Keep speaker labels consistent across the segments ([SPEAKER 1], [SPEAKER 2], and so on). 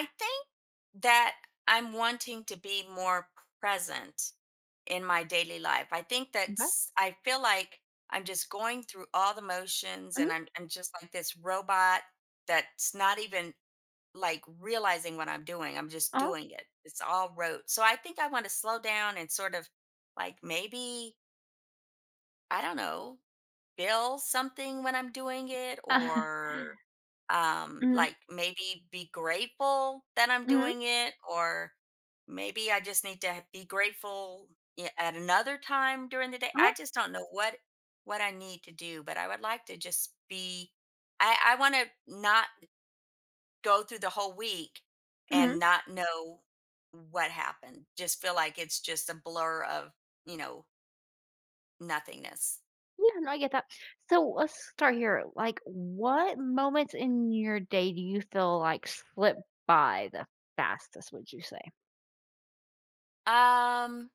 [SPEAKER 1] I think that I'm wanting to be more present in my daily life. I think
[SPEAKER 2] Okay.
[SPEAKER 1] that's, I feel like I'm just going through all the motions and
[SPEAKER 2] Mhm.
[SPEAKER 1] I'm just like this robot that's not even like realizing what I'm doing. I'm just
[SPEAKER 2] Uh-huh.
[SPEAKER 1] doing it. It's all rote. So I think I want to slow down and sort of like maybe, I don't know, feel something when I'm doing it
[SPEAKER 2] Uh,
[SPEAKER 1] or
[SPEAKER 2] Mhm.
[SPEAKER 1] like maybe be grateful that I'm
[SPEAKER 2] Mhm.
[SPEAKER 1] doing it or maybe I just need to be grateful at another time during the day.
[SPEAKER 2] Uh-huh.
[SPEAKER 1] I just don't know what I need to do, but I would like to just be I want to not go through the whole week and
[SPEAKER 2] Mhm.
[SPEAKER 1] not know what happened. Just feel like it's just a blur of, you know, nothingness.
[SPEAKER 2] Yeah, no, I get that. So let's start here. What moments in your day do you feel like slip by the fastest? Would you say?
[SPEAKER 1] Um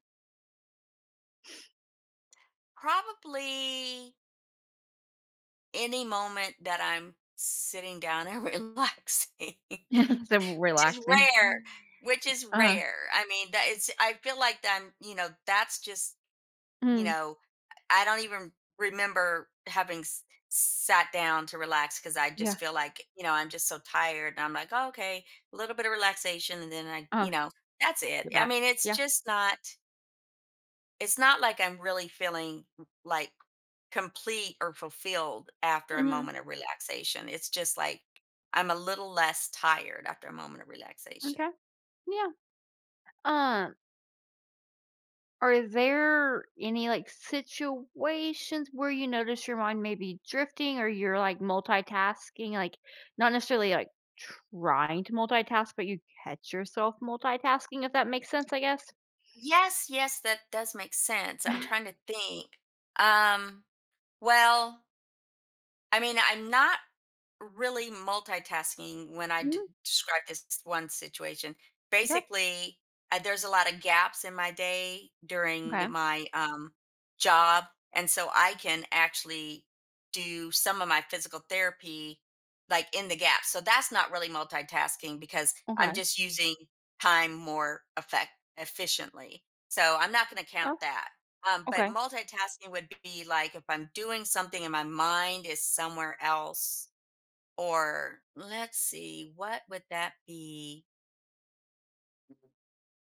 [SPEAKER 1] Probably any moment that I'm sitting down and relaxing,
[SPEAKER 2] So
[SPEAKER 1] Which is
[SPEAKER 2] relaxing.
[SPEAKER 1] rare. which is
[SPEAKER 2] Uh.
[SPEAKER 1] rare. I mean, that it's I feel like I'm, you know, that's just, you
[SPEAKER 2] Mm,
[SPEAKER 1] know, I don't even remember having sat down to relax because I
[SPEAKER 2] yeah.
[SPEAKER 1] just feel like, you know, I'm just so tired and I'm like, oh, okay, a little bit of relaxation and then I,
[SPEAKER 2] Uh.
[SPEAKER 1] you know, that's it.
[SPEAKER 2] Go
[SPEAKER 1] I
[SPEAKER 2] back.
[SPEAKER 1] mean, it's
[SPEAKER 2] Yeah.
[SPEAKER 1] just not. It's not like I'm really feeling like complete or fulfilled after a
[SPEAKER 2] Hmm.
[SPEAKER 1] moment of relaxation. It's just like I'm a little less tired after a moment of relaxation.
[SPEAKER 2] Okay. Yeah. Are there any, situations where you notice your mind may be drifting or you're, multitasking? Not necessarily, trying to multitask, but you catch yourself multitasking, if that makes sense, I guess?
[SPEAKER 1] Yes, yes, that does make sense. I'm trying to think. Um, well, I mean, I'm not really multitasking when I
[SPEAKER 2] Mm,
[SPEAKER 1] describe this one situation.
[SPEAKER 2] yeah.
[SPEAKER 1] Basically, there's a lot of gaps in my day
[SPEAKER 2] Okay.
[SPEAKER 1] during my job. And so I can actually do some of my physical therapy like in the gap. So that's not really multitasking because I'm
[SPEAKER 2] Okay.
[SPEAKER 1] just using time more effect efficiently. So I'm not going to count
[SPEAKER 2] Oh,
[SPEAKER 1] that. But
[SPEAKER 2] okay.
[SPEAKER 1] multitasking would be like if I'm doing something and my mind is somewhere else, or let's see, what would that be?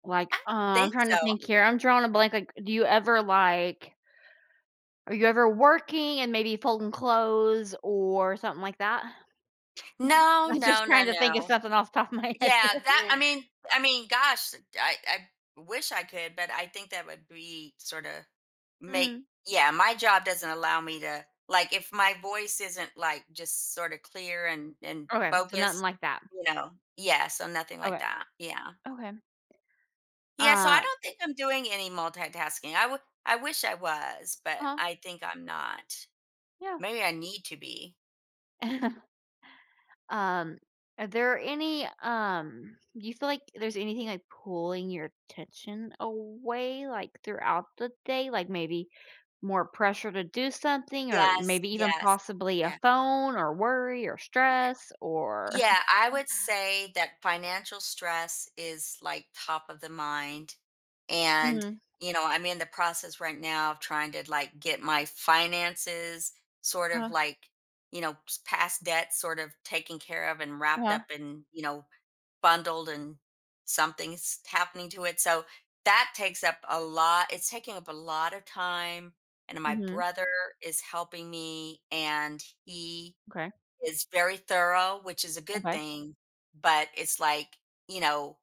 [SPEAKER 2] Like,
[SPEAKER 1] I don't
[SPEAKER 2] I'm
[SPEAKER 1] think
[SPEAKER 2] trying to
[SPEAKER 1] so.
[SPEAKER 2] think here. I'm drawing a blank. Like, do you ever, like are you ever working and maybe folding clothes or something like that?
[SPEAKER 1] No,
[SPEAKER 2] I'm just
[SPEAKER 1] no, no,
[SPEAKER 2] trying to think of
[SPEAKER 1] no.
[SPEAKER 2] something off the top of my head
[SPEAKER 1] Yeah,
[SPEAKER 2] here.
[SPEAKER 1] that. I mean, gosh, I wish I could, but I think that would be sort of make. Yeah, my job doesn't allow me to like if my voice isn't like just sort of clear and
[SPEAKER 2] Okay, so nothing
[SPEAKER 1] focused,
[SPEAKER 2] like that.
[SPEAKER 1] you know. Yeah, so nothing like
[SPEAKER 2] Okay,
[SPEAKER 1] that. Yeah.
[SPEAKER 2] okay.
[SPEAKER 1] Yeah, so
[SPEAKER 2] Uh,
[SPEAKER 1] I don't think I'm doing any multitasking. I would I wish I was, but
[SPEAKER 2] huh,
[SPEAKER 1] I think I'm not.
[SPEAKER 2] yeah.
[SPEAKER 1] Maybe I need to be.
[SPEAKER 2] Um, are there any, do you feel like there's anything, pulling your attention away, like, throughout the day? Like, maybe more pressure to do something or
[SPEAKER 1] Yes,
[SPEAKER 2] maybe even
[SPEAKER 1] yes.
[SPEAKER 2] possibly a
[SPEAKER 1] Yeah.
[SPEAKER 2] phone or worry or
[SPEAKER 1] Yeah.
[SPEAKER 2] stress or
[SPEAKER 1] Yeah, I would say that financial stress is like top of the mind. And,
[SPEAKER 2] Mhm,
[SPEAKER 1] you know, I'm in the process right now of trying to like get my finances sort of
[SPEAKER 2] uh-huh,
[SPEAKER 1] like, you know, past debt sort of taken care of and wrapped
[SPEAKER 2] uh-huh,
[SPEAKER 1] up in, you know, bundled and something's happening to it. So that takes up a lot. It's taking up a lot of time. And my
[SPEAKER 2] mhm,
[SPEAKER 1] brother is helping me, and he
[SPEAKER 2] okay,
[SPEAKER 1] is very thorough, which is a good
[SPEAKER 2] okay,
[SPEAKER 1] thing. But it's like, you know,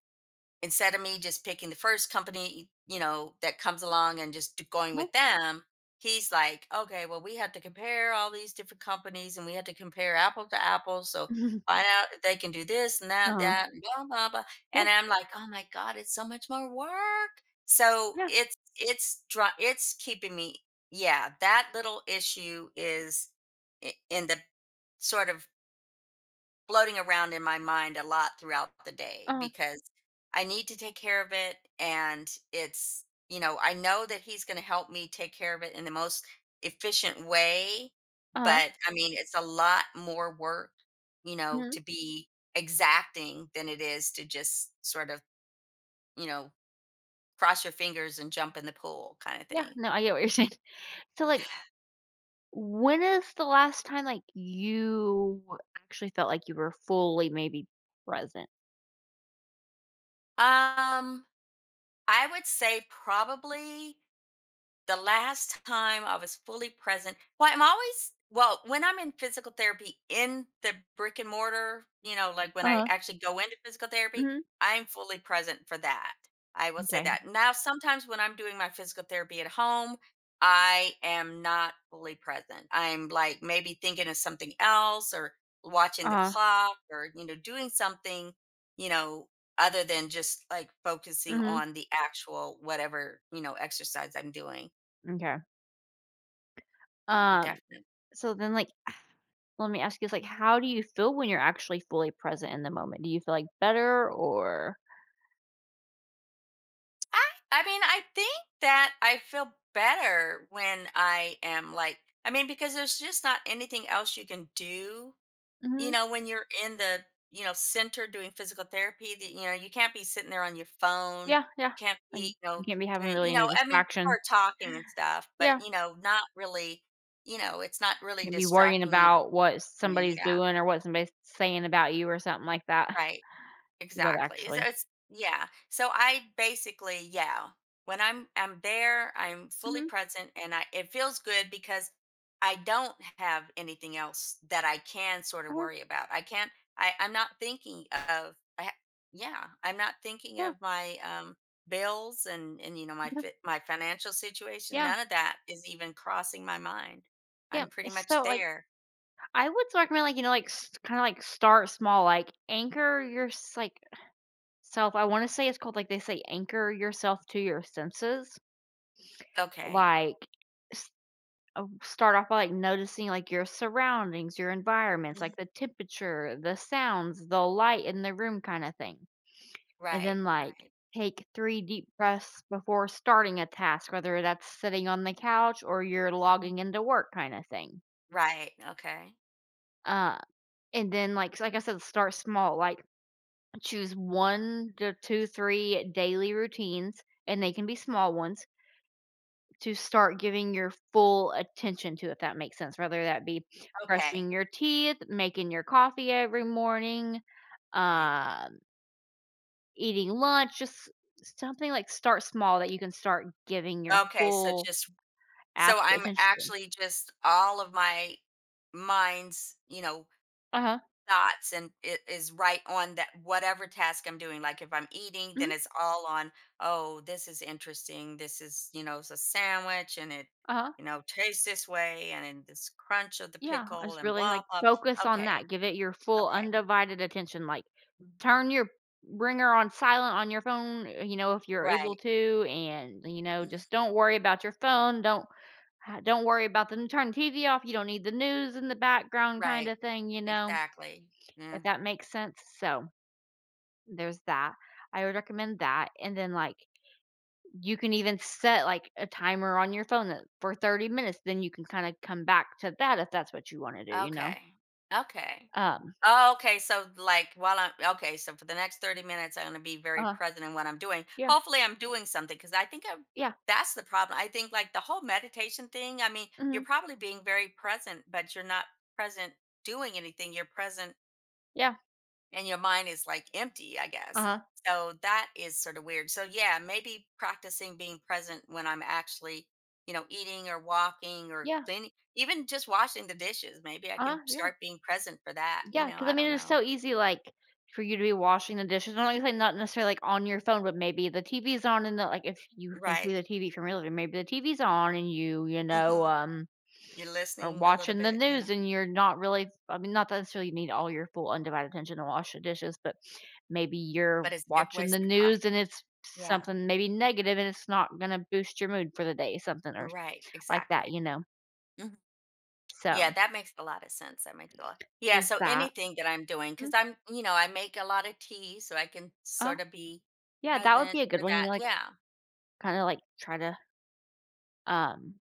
[SPEAKER 1] instead of me just picking the first company, you know, that comes along and just going
[SPEAKER 2] uh-huh,
[SPEAKER 1] with them, he's like, okay, well, we have to compare all these different companies and we have to compare apple to apple. So find out if they can do this and that,
[SPEAKER 2] uh-huh,
[SPEAKER 1] that, and blah, blah, blah.
[SPEAKER 2] yeah,
[SPEAKER 1] And I'm like, oh my God, it's so much more work. So
[SPEAKER 2] yeah,
[SPEAKER 1] it's it's keeping me, yeah, that little issue is in the sort of floating around in my mind a lot throughout the day
[SPEAKER 2] uh-huh,
[SPEAKER 1] because I need to take care of it. And it's, you know, I know that he's going to help me take care of it in the most efficient way.
[SPEAKER 2] uh-huh,
[SPEAKER 1] But I mean, it's a lot more work, you know,
[SPEAKER 2] mhm,
[SPEAKER 1] to be exacting than it is to just sort of, you know, cross your fingers and jump in the pool kind of
[SPEAKER 2] yeah,
[SPEAKER 1] thing.
[SPEAKER 2] no, I get what you're saying. So, like, when is the last time, like, you actually felt like you were fully maybe present?
[SPEAKER 1] Um, I would say probably the last time I was fully present I'm always well, when I'm in physical therapy in the brick and mortar, you know, like when I
[SPEAKER 2] Uh-huh.
[SPEAKER 1] actually go into physical therapy,
[SPEAKER 2] Mhm.
[SPEAKER 1] I'm fully present for that. I will say
[SPEAKER 2] Okay.
[SPEAKER 1] that. Now, sometimes when I'm doing my physical therapy at home, I am not fully present. I'm like maybe thinking of something else or watching the
[SPEAKER 2] Uh-huh.
[SPEAKER 1] clock or, you know, doing something, you know, other than just like focusing
[SPEAKER 2] Mhm.
[SPEAKER 1] on the actual whatever, you know, exercise I'm doing.
[SPEAKER 2] M'kay. Um,
[SPEAKER 1] Definitely.
[SPEAKER 2] so then, like, let me ask you this, like, how do you feel when you're actually fully present in the moment? Do you feel, like, better or
[SPEAKER 1] I I mean, I think that I feel better when I am like I mean, because there's just not anything else you can do, you
[SPEAKER 2] Mhm.
[SPEAKER 1] know, when you're in the, you know, center doing physical therapy, that you know, you can't be sitting there on your phone.
[SPEAKER 2] Yeah, yeah.
[SPEAKER 1] You can't
[SPEAKER 2] Like,
[SPEAKER 1] be, you know,
[SPEAKER 2] you can't be having
[SPEAKER 1] doing,
[SPEAKER 2] really
[SPEAKER 1] you know,
[SPEAKER 2] any
[SPEAKER 1] I mean, people
[SPEAKER 2] distractions?
[SPEAKER 1] are talking and stuff, but
[SPEAKER 2] Yeah.
[SPEAKER 1] you know, not really, you know, it's not really
[SPEAKER 2] You can't be worrying
[SPEAKER 1] distracting you
[SPEAKER 2] about
[SPEAKER 1] from what
[SPEAKER 2] what
[SPEAKER 1] you're doing.
[SPEAKER 2] somebody's
[SPEAKER 1] Yeah,
[SPEAKER 2] doing or what somebody's saying about you or something like that.
[SPEAKER 1] right.
[SPEAKER 2] You gotta
[SPEAKER 1] Exactly. So
[SPEAKER 2] actually
[SPEAKER 1] it's yeah. So I basically, yeah, when I'm there, I'm fully
[SPEAKER 2] Mhm.
[SPEAKER 1] present and I it feels good because I don't have anything else that I can sort of
[SPEAKER 2] Uh-huh.
[SPEAKER 1] worry about. I can't I'm not thinking of yeah, I'm not thinking
[SPEAKER 2] Yeah.
[SPEAKER 1] of my bills and you know my
[SPEAKER 2] Yeah.
[SPEAKER 1] my financial situation.
[SPEAKER 2] Yeah,
[SPEAKER 1] None of that is even crossing my mind.
[SPEAKER 2] yeah.
[SPEAKER 1] I'm pretty much
[SPEAKER 2] So, like,
[SPEAKER 1] there.
[SPEAKER 2] I would so recommend, like, you know, like, kinda, like, start small, like, anchor your s like, self I wanna say it's called, like, they say anchor yourself to your senses,
[SPEAKER 1] Okay.
[SPEAKER 2] like, s start off by, like, noticing, like, your surroundings, your environments, like,
[SPEAKER 1] Mhm.
[SPEAKER 2] the temperature, the sounds, the light in the room kinda thing, and then,
[SPEAKER 1] Right,
[SPEAKER 2] like,
[SPEAKER 1] right.
[SPEAKER 2] take 3 deep breaths before starting a task, whether that's sitting on the couch or you're logging into work kinda thing,
[SPEAKER 1] Right. Okay.
[SPEAKER 2] uh, and then, like I said, start small, like, choose 1 to 2, 3 daily routines, and they can be small ones, to start giving your full attention to, if that makes sense, whether that be brushing
[SPEAKER 1] Okay.
[SPEAKER 2] your teeth, making your coffee every morning,
[SPEAKER 1] Right.
[SPEAKER 2] um, eating lunch, just something like start small that you can start giving your
[SPEAKER 1] Okay, so
[SPEAKER 2] full,
[SPEAKER 1] just so
[SPEAKER 2] absolute
[SPEAKER 1] I'm
[SPEAKER 2] attention to.
[SPEAKER 1] actually just all of my mind's, you know,
[SPEAKER 2] Uh-huh.
[SPEAKER 1] thoughts and it is right on that whatever task I'm doing. Like if I'm eating,
[SPEAKER 2] Mhm.
[SPEAKER 1] then it's all on, oh, this is interesting. This is, you know, it's a sandwich and it,
[SPEAKER 2] Uh-huh.
[SPEAKER 1] you know, tastes this way and then this crunch of the
[SPEAKER 2] Yeah, I
[SPEAKER 1] pickle
[SPEAKER 2] just
[SPEAKER 1] and
[SPEAKER 2] really, like,
[SPEAKER 1] blah blah.
[SPEAKER 2] focus on
[SPEAKER 1] Okay,
[SPEAKER 2] that. Give it your full
[SPEAKER 1] okay.
[SPEAKER 2] undivided attention, like turn your ringer on silent on your phone, you know, if you're able
[SPEAKER 1] Right.
[SPEAKER 2] to, and, you know,
[SPEAKER 1] Mhm,
[SPEAKER 2] just don't worry about your phone, don't worry about the turn the TV off, you don't need the news in the background
[SPEAKER 1] right.
[SPEAKER 2] kinda thing, you know,
[SPEAKER 1] Exactly. Yeah.
[SPEAKER 2] if that makes sense, so, there's that. I would recommend that, and then, like, you can even set, like, a timer on your phone that for 30 minutes, then you can kinda come back to that if that's what you wanna do, you know?
[SPEAKER 1] Okay. Okay.
[SPEAKER 2] Um,
[SPEAKER 1] Oh, okay. So like while I'm okay, so for the next 30 minutes, I'm gonna be very
[SPEAKER 2] uh-huh,
[SPEAKER 1] present in what I'm doing.
[SPEAKER 2] yeah,
[SPEAKER 1] Hopefully I'm doing something because I think I
[SPEAKER 2] yeah,
[SPEAKER 1] that's the problem. I think like the whole meditation thing, I mean, you're
[SPEAKER 2] mhm,
[SPEAKER 1] probably being very present, but you're not present doing anything. You're present
[SPEAKER 2] yeah,
[SPEAKER 1] and your mind is like empty, I guess.
[SPEAKER 2] uh-huh,
[SPEAKER 1] So that is sort of weird. So yeah, maybe practicing being present when I'm actually, you know, eating or walking or
[SPEAKER 2] yeah,
[SPEAKER 1] cleaning, even just washing the dishes. Maybe I
[SPEAKER 2] uh-huh,
[SPEAKER 1] can
[SPEAKER 2] yeah.
[SPEAKER 1] start being present for that. You
[SPEAKER 2] Yeah,
[SPEAKER 1] know,
[SPEAKER 2] because I
[SPEAKER 1] I don't
[SPEAKER 2] mean, it's so
[SPEAKER 1] know.
[SPEAKER 2] easy, like, for you to be washing the dishes, I'm not like not necessarily, like, on your phone, but maybe the TV's on and the like, if you can
[SPEAKER 1] Right.
[SPEAKER 2] see the TV from your living maybe the TV's on and you know,
[SPEAKER 1] Hmm. You're
[SPEAKER 2] are
[SPEAKER 1] listening a little
[SPEAKER 2] watching the
[SPEAKER 1] bit. Yeah.
[SPEAKER 2] news and you're not really I mean, not that necessarily you need all your full undivided attention to wash the dishes, but maybe you're
[SPEAKER 1] But it's good
[SPEAKER 2] watching
[SPEAKER 1] ways
[SPEAKER 2] the
[SPEAKER 1] to practice.
[SPEAKER 2] news and it's
[SPEAKER 1] Yeah.
[SPEAKER 2] something maybe negative and it's not gonna boost your mood for the day, something or
[SPEAKER 1] Right.
[SPEAKER 2] like that,
[SPEAKER 1] Exactly.
[SPEAKER 2] you know?
[SPEAKER 1] Yeah,
[SPEAKER 2] So,
[SPEAKER 1] that makes a lot of sense. That makes a lot. Yeah,
[SPEAKER 2] there's
[SPEAKER 1] so
[SPEAKER 2] that.
[SPEAKER 1] anything that I'm doing,
[SPEAKER 2] Mm,
[SPEAKER 1] because I'm, you know, I make a lot of tea, so I can
[SPEAKER 2] uh,
[SPEAKER 1] sort of be
[SPEAKER 2] yeah, that would be
[SPEAKER 1] present
[SPEAKER 2] a good
[SPEAKER 1] for
[SPEAKER 2] one, you know,
[SPEAKER 1] that.
[SPEAKER 2] like,
[SPEAKER 1] Yeah,
[SPEAKER 2] kinda, like, try to Um,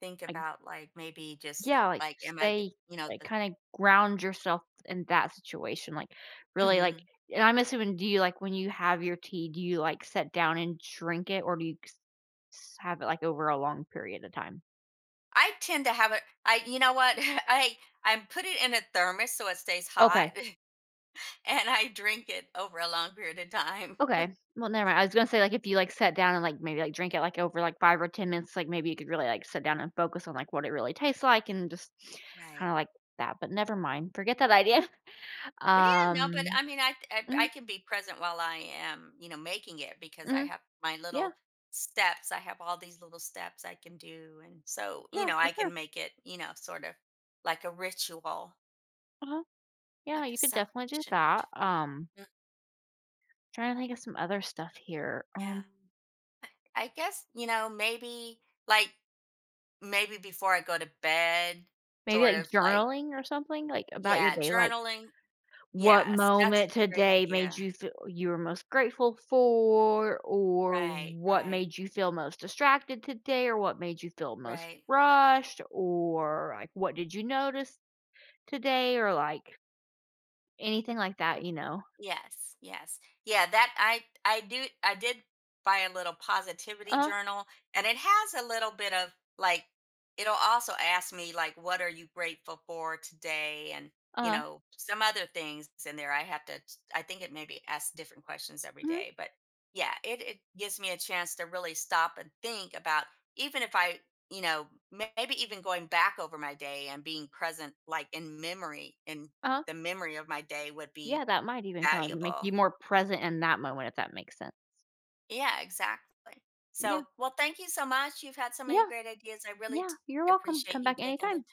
[SPEAKER 1] think
[SPEAKER 2] like,
[SPEAKER 1] about like maybe just
[SPEAKER 2] yeah, like,
[SPEAKER 1] like, am I,
[SPEAKER 2] stay
[SPEAKER 1] you know,
[SPEAKER 2] like,
[SPEAKER 1] the.
[SPEAKER 2] kinda ground yourself in that situation, like, really, like
[SPEAKER 1] Mhm.
[SPEAKER 2] and I'm assuming do you, like, when you have your tea, do you, like, sit down and drink it, or do you s s have it, like, over a long period of time?
[SPEAKER 1] I tend to have it. I, you know what? I put it in a thermos so it stays hot,
[SPEAKER 2] Okay,
[SPEAKER 1] and I drink it over a long period of time.
[SPEAKER 2] okay. Well, never mind. I was gonna say, like, if you, like, sat down and, like, maybe, like, drink it, like, over, like, 5 or 10 minutes, like, maybe you could really, like, sit down and focus on, like, what it really tastes like and just
[SPEAKER 1] Right.
[SPEAKER 2] kinda like that, but never mind. Forget that idea.
[SPEAKER 1] Well, yeah, no, but
[SPEAKER 2] Um,
[SPEAKER 1] I mean, I
[SPEAKER 2] mm,
[SPEAKER 1] I can be present while I am, you know, making it because I
[SPEAKER 2] mhm,
[SPEAKER 1] have my
[SPEAKER 2] yeah,
[SPEAKER 1] little steps. I have all these little steps I can do, and so you
[SPEAKER 2] yeah,
[SPEAKER 1] know,
[SPEAKER 2] for
[SPEAKER 1] I
[SPEAKER 2] sure.
[SPEAKER 1] can make it, you know, sort of like a ritual,
[SPEAKER 2] Uh-huh. Yeah,
[SPEAKER 1] like a
[SPEAKER 2] you could definitely do
[SPEAKER 1] celebration.
[SPEAKER 2] that.
[SPEAKER 1] Mm,
[SPEAKER 2] Trying to think of some other stuff here.
[SPEAKER 1] yeah, I guess you know, maybe like maybe before I go to bed,
[SPEAKER 2] Maybe
[SPEAKER 1] sort
[SPEAKER 2] like
[SPEAKER 1] of like
[SPEAKER 2] journaling or something like about your
[SPEAKER 1] yeah,
[SPEAKER 2] day, like
[SPEAKER 1] journaling.
[SPEAKER 2] what
[SPEAKER 1] Yes, that's a
[SPEAKER 2] moment
[SPEAKER 1] great
[SPEAKER 2] today made
[SPEAKER 1] idea.
[SPEAKER 2] you feel you were most grateful for, or
[SPEAKER 1] Right,
[SPEAKER 2] what
[SPEAKER 1] right,
[SPEAKER 2] made you feel most distracted today, or what made you feel most
[SPEAKER 1] right.
[SPEAKER 2] rushed, or like what did you notice today, or like anything like that, you know.
[SPEAKER 1] Yes, yes. Yeah, that I did buy a little positivity
[SPEAKER 2] Uh,
[SPEAKER 1] journal and it has a little bit of like it'll also ask me like what are you grateful for today and you
[SPEAKER 2] uh,
[SPEAKER 1] know some other things in there I have to I think it maybe asks different questions every
[SPEAKER 2] mm,
[SPEAKER 1] day but yeah it gives me a chance to really stop and think about even if I you know maybe even going back over my day and being present like in memory in
[SPEAKER 2] uh.
[SPEAKER 1] the memory of my day would
[SPEAKER 2] Yeah,
[SPEAKER 1] be
[SPEAKER 2] that might even kind of make you
[SPEAKER 1] valuable.
[SPEAKER 2] more present in that moment if that makes sense.
[SPEAKER 1] Yeah, exactly.
[SPEAKER 2] Yeah.
[SPEAKER 1] So, well, thank you so much. You've had so many
[SPEAKER 2] Yeah.
[SPEAKER 1] great ideas. I really
[SPEAKER 2] Yeah, you're welcome.
[SPEAKER 1] appreciate
[SPEAKER 2] Come
[SPEAKER 1] you
[SPEAKER 2] back
[SPEAKER 1] taking the
[SPEAKER 2] anytime.